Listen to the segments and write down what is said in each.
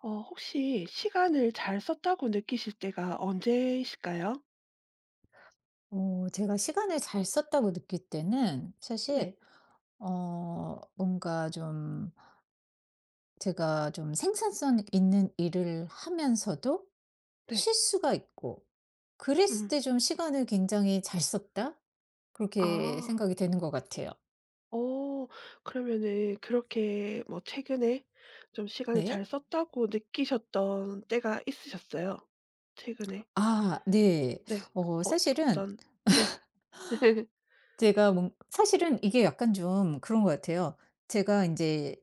어 혹시 시간을 잘 썼다고 느끼실 때가 언제실까요? 제가 시간을 잘 썼다고 느낄 때는 네. 사실, 뭔가 좀 제가 좀 생산성 있는 일을 하면서도 네. 쉴 수가 있고, 그랬을 음. 때 좀 '시간을 굉장히 잘 썼다.' 그렇게 아. 생각이 되는 것 같아요. 어 그러면은 그렇게 뭐 최근에 좀 시간을 잘 네. 썼다고 느끼셨던 때가 있으셨어요? 최근에? 아, 네. 네. 어 사실은 어떤 네. 제가 뭔 사실은 이게 약간 좀 그런 것 같아요. 제가 이제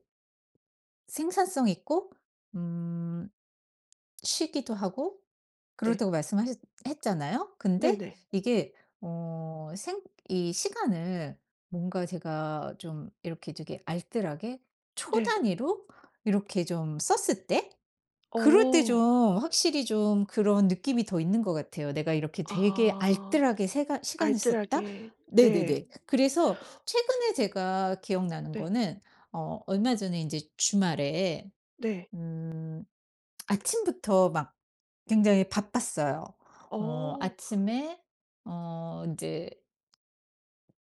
생산성 있고 음 쉬기도 하고 네. 그렇다고 말씀하셨, 했잖아요. 근데 네네. 이게 어 생 이 시간을 뭔가 제가 좀 이렇게 저기 알뜰하게 초 네. 단위로 이렇게 좀 썼을 때, 그럴 때 어. 좀 확실히 좀 그런 느낌이 더 있는 것 같아요. '내가 이렇게 되게 아. 알뜰하게 세가 시간을 썼다.' 알뜰하게. 네. 네네네. 그래서 최근에 제가 기억나는 네. 거는 얼마 전에 이제 주말에 네. 음 아침부터 막 굉장히 바빴어요. 어. 아침에 이제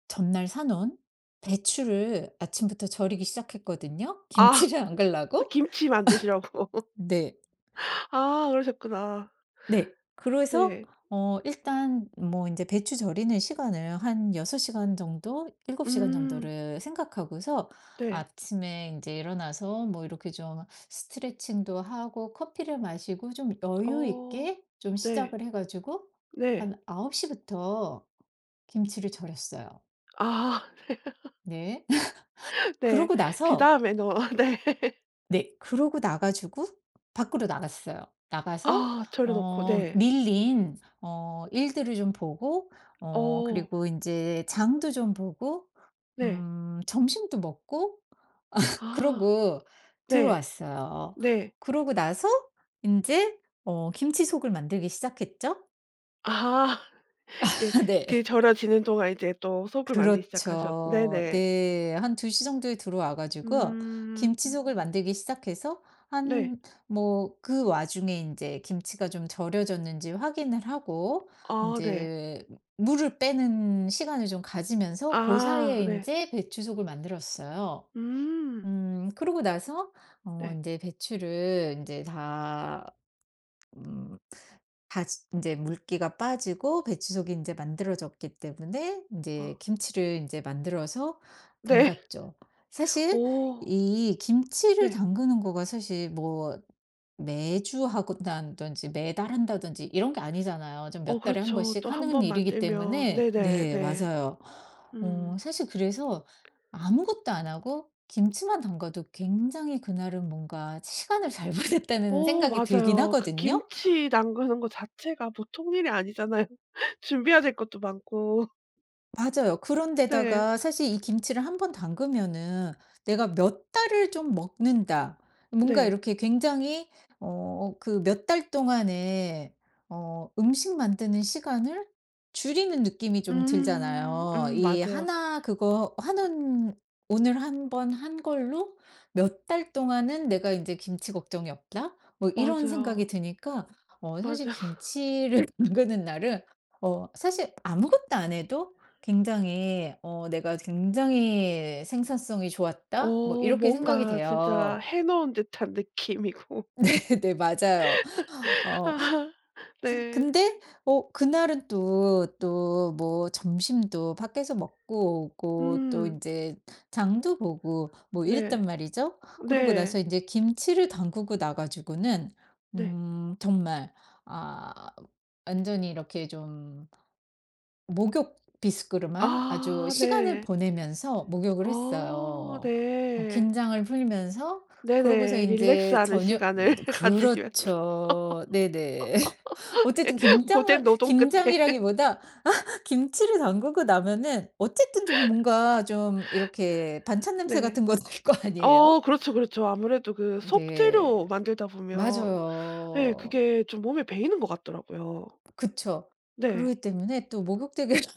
전날 사 놓은 배추를 아침부터 절이기 시작했거든요. 아 김치를 안 갈라고. 김치 만드시라고. 네. 아 그러셨구나. 네. 그래서 네. 일단 뭐 인제 배추 절이는 시간을 한 6시간 시간 정도, 7시간 시간 음. 정도를 생각하고서 네. 아침에 인제 일어나서 뭐 이렇게 좀 스트레칭도 하고 커피를 마시고 좀 여유 어. 있게 좀 네. 시작을 해 가지고 네. 한 9시 시부터 김치를 절였어요. 아. 네. 네. 그러고 나서, 그다음에 넣어 네. 네, 그러고 나가 지고 밖으로 나갔어요. 나가서 아 절여 놓고 네. 밀린 일들을 좀 보고, 어 그리고 인제 장도 좀 보고, 네. 점심도 먹고, 아 그러고 네. 들어왔어요. 네. 그러고 나서 인제 김치속을 만들기 시작했죠. 아 이제 네. 그 절여지는 동안 이제 또 속을 만들기 시작하셨 그렇죠. 네네. 네. 한 2시 정도에 들어와 가지고 음. 김치속을 만들기 시작해서 네. 한, 뭐 그 와중에 인제 김치가 좀 절여졌는지 확인을 하고 아 네. 인제 물을 빼는 시간을 좀 가지면서 고 아 사이에 네. 인제 배추속을 만들었어요. 음. 그러고 나서 네. 인제 배추를 인제 다음 다지제 물기가 빠지고 배추속이 이제 만들어졌기 때문에 이아 제 김치를 이제 만들어서 네. 담갔죠. 사실 오 이 김치를 네. 담그는 거가 사실 뭐 매주 하고 나다든지 매달 한다든지 이런 게 아니잖아요. 좀 어 몇 달에 한 그렇죠. 또 번씩 한 하는 번 일이기 만들면 때문에. 네네 네. 네, 네. 맞아요. 음. 사실 그래서 아무것도 안 하고 김치만 담가도 굉장히 그날은 뭔가 시간을 잘 보냈다는 어 생각이 들긴 맞아요. 그 하거든요. 김치 담그는 거 자체가 보통 일이 아니잖아요. 준비해야 될 것도 많고. 맞아요. 네. 그런데다가 사실 이 김치를 한번 담그면은 내가 몇 달을 좀 먹는다. 뭔가 네. 이렇게 굉장히 그 몇 달 동안에 음식 만드는 시간을 줄이는 느낌이 좀 음. 들잖아요. 이 맞아요. 하나 그거 하는, 오늘 한번 한 걸로 '몇 달 동안은 내가 이제 김치 걱정이 없다.' 뭐 이런 생각이 맞아요. 드니까, 사실 맞아요. 김치를 담그는 날은 사실 아무것도 안 해도 굉장히 '내가 굉장히 생산성이 좋았다.' 뭐 어 이렇게 생각이 뭔가 진짜 돼요. 해 놓은 듯한 느낌이고. 네네. 맞아요. 어 아, 네. 근데 그날은 또 뭐 점심도 밖에서 먹고 오고 또 음. 이제 장도 보고 뭐 이랬단 네. 말이죠. 그러고 네. 나서 이제 김치를 담그고 나 가지고는 네. 정말, 아 완전히 이렇게 좀 목욕, 비스크로만 아주 아 시간을 네. 보내면서 목욕을 아 했어요. 네. 긴장을 풀면서, 그러고서 네네. 인제 릴렉스하는 저녁, 시간을 가지면 그렇죠. 네네. 어쨌든 돼. 고된 김장을, 노동 끝에. 김장이라기보다 김치를 담그고 나면은 어쨌든 좀 뭔가 좀 이렇게 반찬 냄새 네. 같은 거 날 거 어 아니에요? 그렇죠, 그렇죠. 아무래도 그 속 네. 재료 만들다 보면 예 맞아요. 그게 좀 몸에 배이는 것 같더라고요. 그쵸. 네. 그러기 때문에 또 목욕대을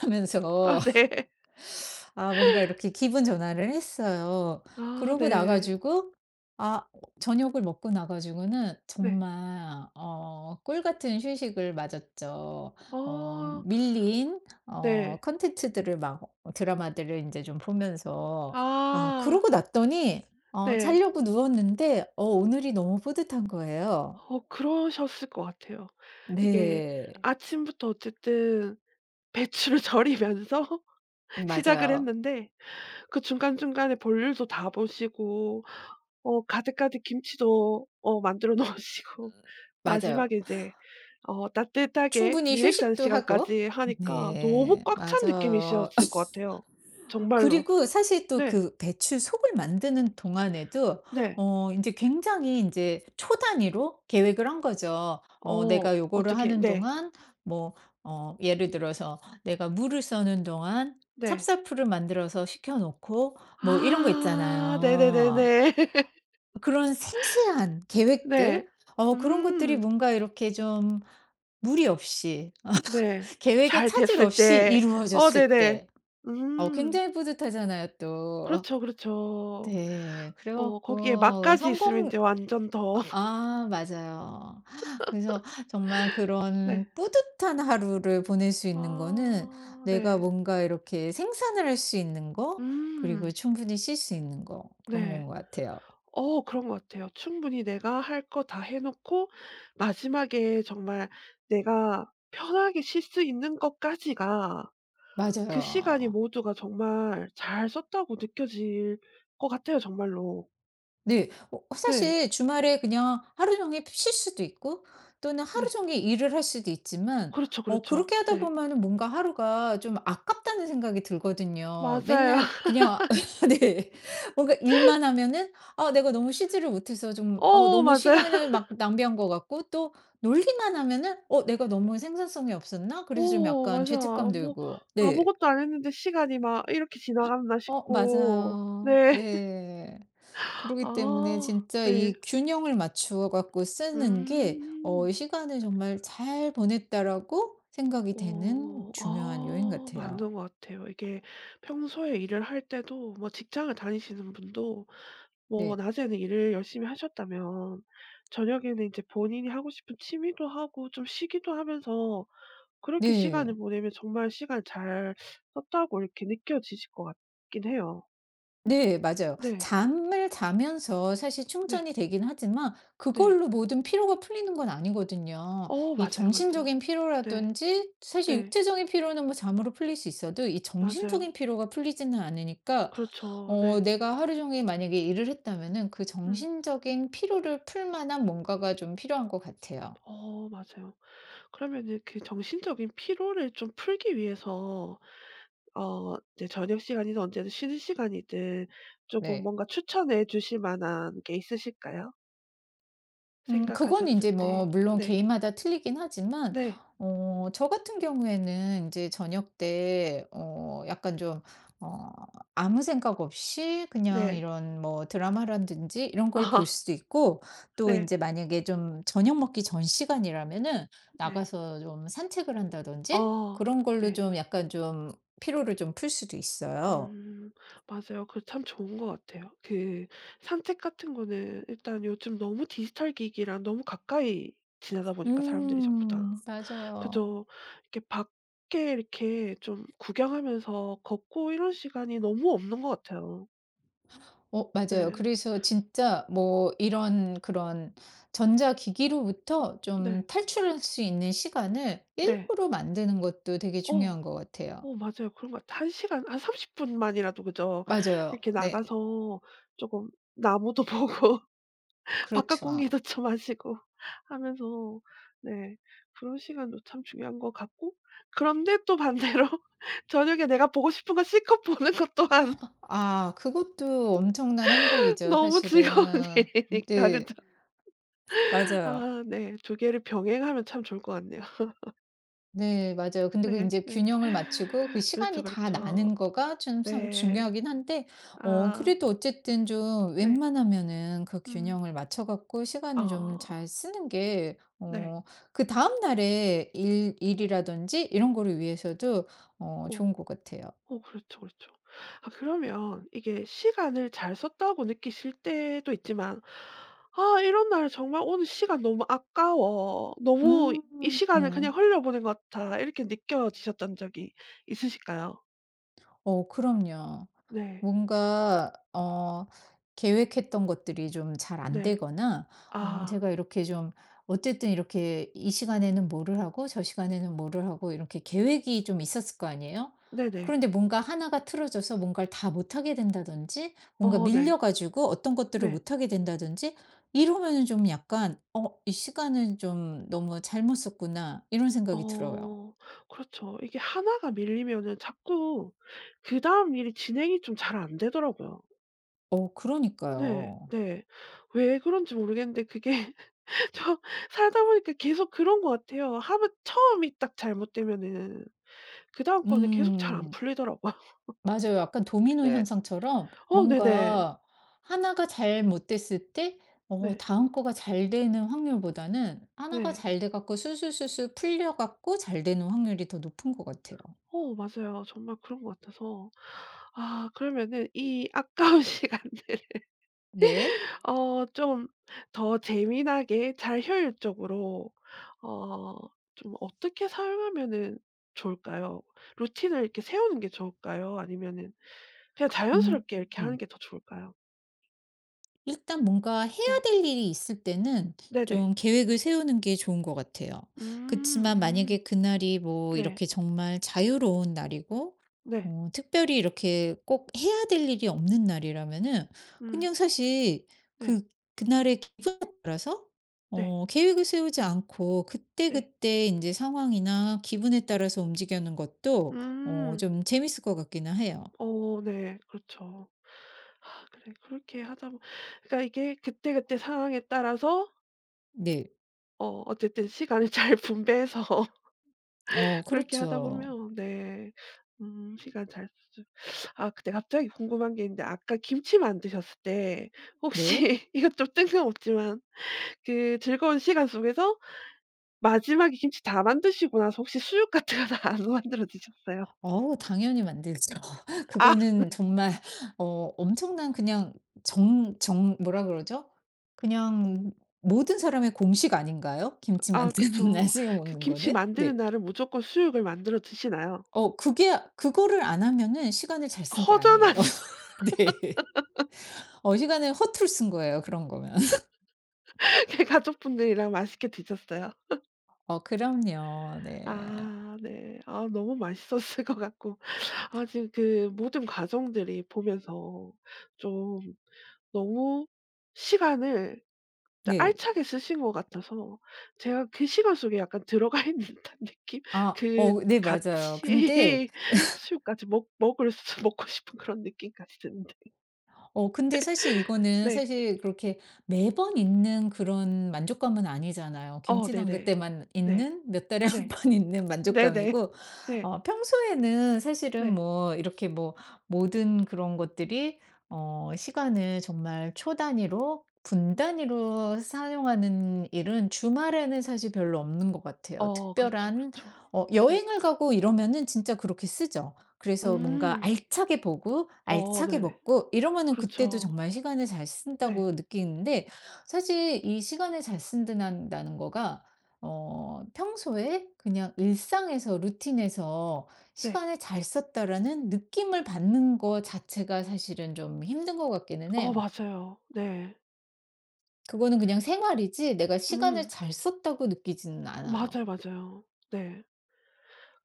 아 하면서 네. 뭔가 이렇게 기분 전환을 했어요. 아 그러고 나 네. 가지고 아 저녁을 먹고 나 가지고는 네. 정말 꿀 같은 휴식을 맞았죠. 어 밀린 네. 콘텐츠들을 막 드라마들을 이제 좀 보면서, 아 그러고 났더니 네. 자려고 누웠는데 오늘이 너무 뿌듯한 거예요. 어 그러셨을 것 같아요. 이게 네. 아침부터 어쨌든 배추를 절이면서 시작을 맞아요. 했는데 그 중간중간에 볼일도 다 보시고 어 가득가득 김치도 어 만들어 놓으시고 맞아요. 마지막에 이제 어 따뜻하게 충분히 릴렉스하는 휴식도 하고. 시간까지 하니까 너무 네. 꽉 찬 맞아요. 느낌이셨을 것 같아요. 정말로. 그리고 사실 또 네. 그 배추 속을 만드는 동안에도 네. 인제 굉장히 인제 초 단위로 계획을 한 거죠. 어 내가 요거를 어떻게 하는 네. 동안 뭐, 예를 들어서 내가 물을 써는 동안 네. 찹쌀풀을 만들어서 식혀 놓고 뭐 이런 거 아 있잖아요. 네네네네. 그런 세세한 네. 계획들, 그런 것들이 음. 뭔가 이렇게 좀 무리 없이 네. 계획에 잘 차질 됐을 없이 때. 어 이루어졌을 네네. 때 음. 굉장히 뿌듯하잖아요 또. 그렇죠, 그렇죠. 네. 그래 어 거기에 갖고 맛까지 있으면 성공, 인제 완전 더 아, 맞아요. 그래서 정말 네. 그런 뿌듯한 하루를 보낼 수 있는 거는 아 내가 네. 뭔가 이렇게 생산을 할 수 있는 거, 그리고 음. 충분히 쉴 수 있는 거, 그런 네. 건 것 같아요. 어 그런 것 같아요. 충분히 내가 할 거 다 해 놓고 마지막에 정말 내가 편하게 쉴 수 있는 것까지가 그 시간이 맞아요. 모두가 정말 잘 썼다고 느껴질 것 같아요 정말로. 네. 네. 사실 주말에 그냥 하루 종일 쉴 수도 있고 또는 하루 네. 종일 일을 할 수도 어 있지만, 그렇죠, 그렇죠. 그렇게 하다 네. 보면은 뭔가 하루가 좀 아깝다는 생각이 들거든요. 맞아요. 맨날 그냥. 네. 뭔가 일만 하면은, 아, 내가 너무 쉬지를 못해서 좀 어어 너무 맞아요. 시간을 막 낭비한 것 같고, 또 놀기만 하면은 '어 내가 너무 생산성이 없었나?' 그래서 좀 어 약간 맞아. 죄책감 뭐 들고. 네. 아무것도 안 했는데 시간이 막 '이렇게 지나갔나?' 싶고. 맞아요. 네. 네. 그러기 때문에 아 진짜 네. 이 균형을 맞추어 갖고 쓰는 게 음. '시간을 정말 잘 보냈다.'라고 생각이 되는 어. 중요한 요인 아 같아요. 맞는 것 같아요. 이게 평소에 일을 할 때도 뭐 직장을 다니시는 분도 뭐 네. 낮에는 일을 열심히 하셨다면 저녁에는 이제 본인이 하고 싶은 취미도 하고 좀 쉬기도 하면서 그렇게 시간을 네. 보내면 정말 시간 잘 썼다고 이렇게 느껴지실 것 같긴 해요. 네, 맞아요. 네. 잠을 자면서 사실 네. 충전이 되긴 하지만 네. 그걸로 모든 피로가 풀리는 건 아니거든요. 어 이 맞아요, 맞아요. 정신적인 네. 피로라든지, 사실 네. 육체적인 피로는 뭐 잠으로 풀릴 수 있어도 이 맞아요. 정신적인 피로가 풀리지는 않으니까, 그렇죠. 네. 내가 하루 종일 만약에 일을 했다면은 그 음. 정신적인 피로를 풀 만한 뭔가가 좀 필요한 것 같아요. 어 맞아요. 그러면 이제 그 정신적인 피로를 좀 풀기 위해서 어 이제 저녁 시간이든 언제든 쉬는 시간이든 조금 네. 뭔가 추천해 주실 만한 게 있으실까요? 그건 이 생각하셨을 제 뭐 때. 물론 네. 개인마다 틀리긴 하지만, 네. 저 같은 경우에는 이제 저녁 때 약간 좀 어 아무 생각 없이 그냥 네. 이런 뭐 드라마라든지 이런 걸 볼 아 수도 있고, 또 이 네. 제 만약에 좀 저녁 먹기 전 시간이라면은 네. 나가서 좀 산책을 한다든지 어. 그런 걸로 네. 좀 약간 좀 피로를 좀 풀 수도 있어요. 음 맞아요. 그 참 좋은 것 같아요. 그 산책 같은 거는 일단 요즘 너무 디지털 기기랑 너무 가까이 지나다 보니까 사람들이 전부 다. 음. 맞아요. 그죠. 이렇게 밖에 이렇게 좀 구경하면서 걷고 이런 시간이 너무 없는 것 같아요. 네. 맞아요. 음. 그래서 진짜 뭐 이런 그런 전자기기로부터 네. 좀 맞아요. 탈출할 수 있는 시간을 네. 일부러 만드는 것도 되게 어. 중요한 것 같아요. 어 맞아요. 그런 것 같아요. 한 시간 한 30분 분만이라도 그죠? 맞아요. 이렇게 네. 나가서 조금 나무도 보고 바깥 그렇죠. 공기도 좀 마시고 하면서 네 그런 시간도 참 중요한 것 같고 그런데 또 반대로 저녁에 내가 보고 싶은 거 실컷 보는 것 또한 아, 그것도 엄청난 행복이죠 너무 즐거운 사실은. 일이니까 네. 그죠. 맞아요. 아 네 두 개를 병행하면 참 좋을 것 같네요. 네, 맞아요. 근데 그 이네 제 네. 균형을 맞추고 그 그렇죠, 시간이 다 그렇죠. 나는 거가 좀 상 네. 중요하긴 한데, 아 그래도 어쨌든 좀 네. 웬만하면은 그 음. 균형을 맞춰 갖고 시간을 좀 아 잘 쓰는 게 네. 어 그다음 날의 일 일이라든지 이런 거를 위해서도 오 좋은 것 같아요. 어 그렇죠, 그렇죠. 아 그러면 이게 시간을 잘 썼다고 느끼실 때도 있지만 '아 이런 날 정말 오늘 시간 너무 아까워. 너무 이 음. 시간을 그냥 음. 흘려보낸 것 같아.' 이렇게 느껴지셨던 적이 있으실까요? 그럼요. 네. 뭔가 계획했던 것들이 좀 잘 안 네. 되거나, 아 제가 이렇게 좀 어쨌든 이렇게 이 시간에는 뭐를 하고 저 시간에는 뭐를 하고 이렇게 계획이 좀 있었을 거 아니에요? 네네. 그런데 뭔가 하나가 틀어져서 뭔가를 다 못하게 된다든지 뭔가 어 네. 밀려 가지고 어떤 것들을 네. 못하게 된다든지 이러면은 좀 약간 '어 이 시간을 좀 너무 잘못 썼구나.' 이런 생각이 들어요. 어 그렇죠. 이게 하나가 밀리면은 자꾸 그다음 일이 진행이 좀 잘 안 되더라고요. 네. 그러니까요. 네. 왜 그런지 모르겠는데 그게 저 살다 보니까 계속 그런 것 같아요. 하면 처음이 딱 잘못되면은 그다음 거는 계속 잘 안 음. 풀리더라고요. 맞아요. 약간 도미노 네. 현상처럼 어 네네. 뭔가 하나가 잘 못됐을 때 네. 다음 거가 잘 되는 확률보다는 하나가 네. 잘 돼 갖고 술술술술 풀려 갖고 잘 되는 확률이 더 높은 것 같아요. 어 맞아요. 정말 그런 것 같아서 아 그러면은 이 아까운 시간들 네. 어 좀 더 재미나게 잘 효율적으로 어 좀 어떻게 사용하면은 좋을까요? 루틴을 이렇게 세우는 게 좋을까요? 아니면은 그냥 음. 자연스럽게 이렇게 하는 게 더 좋을까요? 일단 뭔가 해야 네. 될 일이 있을 때는 네네. 좀 계획을 세우는 게 좋은 것 같아요. 음. 그치만 음. 만약에 그날이 뭐 네. 이렇게 정말 자유로운 날이고, 네. 특별히 이렇게 꼭 해야 될 일이 없는 날이라면은 음. 그냥 사실 네. 그, 그날의 기분에 따라서 네. 계획을 세우지 않고 네. 그때그때 이제 상황이나 기분에 따라서 움직이는 것도 음. 좀 재밌을 것 같기는 해요. 어 네. 그렇죠. 아 그래 그렇게 하다 보 그러니까 이게 그때그때 상황에 따라서 네. 어 어쨌든 시간을 잘 분배해서 그렇게 하다 그렇죠. 보면 네 시간 잘 쓰죠. 아 근데 갑자기 궁금한 게 있는데 아까 김치 만드셨을 때 혹시 네. 이것 좀 뜬금없지만 그 즐거운 시간 속에서 마지막에 김치 다 만드시고 나서 혹시 수육 같은 거 다 안 만들어 드셨어요? 어우, 당연히 만들죠. 아 그거는 정말 엄청난 그냥, 정 정 뭐라 그러죠? 그냥, 모든 사람의 공식 아닌가요? 김치 아 만드는 날 그쵸. 중에 그 먹는 김치 거는? 네. 만드는 날은 무조건 수육을 만들어 드시나요? 그게 그거를 안 하면은 시간을 잘 쓴 게 아니에요. 허전하죠. 네. 시간을 허투루 쓴 거예요, 그런 거면. 가족분들이랑 맛있게 드셨어요? 그럼요. 네. 아 네. 아 너무 맛있었을 것 같고 아 지금 그 모든 과정들이 보면서 좀 너무 시간을 진짜 네. 알차게 쓰신 것 같아서 제가 그 시간 속에 약간 들어가 있는 듯한 느낌? 아, 그 어, 네, 맞아요. 같이 수육까지 먹 먹을 수 먹고 싶은 그런 느낌까지 드는데. 근데 사실 이거는 네. 사실 그렇게 매번 있는 그런 만족감은 아니잖아요. 어 김치담글 네네. 때만 네. 있는 몇 달에 한 네. 번 있는 네 네. 네. 만족감이고, 네. 평소에는 사실은 네. 뭐 이렇게 뭐 모든 그런 것들이, 시간을 정말 초 단위로 분 단위로 사용하는 일은 주말에는 사실 별로 없는 것 같아요. 어 그렇죠, 특별한 그렇죠. 네. 여행을 가고 이러면은 진짜 그렇게 쓰죠. 그래서 뭔가 음. 알차게 보고 어 알차게 네네. 먹고 이러면은 그때도 그렇죠. 정말 시간을 잘 네. 쓴다고 느끼는데, 사실 이 시간을 잘 쓴다는 거가 평소에 그냥 일상에서 루틴에서 네. 시간을 잘 썼다라는 느낌을 받는 거 자체가 사실은 좀 힘든 것 같기는 어 해요. 맞아요. 네. 그거는 그냥 생활이지 내가 시간을 음. 잘 썼다고 느끼지는 않아요. 맞아요, 맞아요. 네.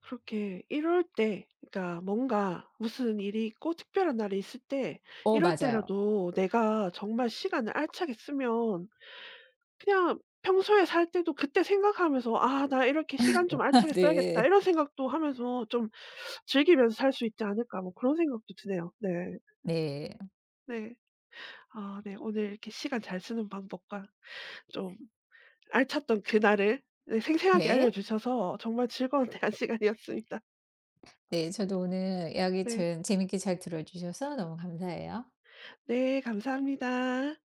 그렇게 이럴 때 그러니까 뭔가 무슨 일이 있고 특별한 날이 있을 때 이럴 맞아요. 때라도 내가 정말 시간을 알차게 쓰면 그냥 평소에 살 때도 그때 생각하면서 '아 나 이렇게 시간 좀 알차게 써야겠다.' 네. 이런 생각도 하면서 좀 즐기면서 살 수 있지 않을까 뭐 그런 생각도 드네요. 네. 네. 네. 아 네. 오늘 이렇게 시간 잘 쓰는 방법과 좀 알찼던 그날을 네 생생하게 알려 네. 주셔서 정말 즐거운 대화 시간이었습니다. 네, 저도 오늘 이야기 네. 전 재밌게 잘 들어주셔서 너무 감사해요. 네 감사합니다.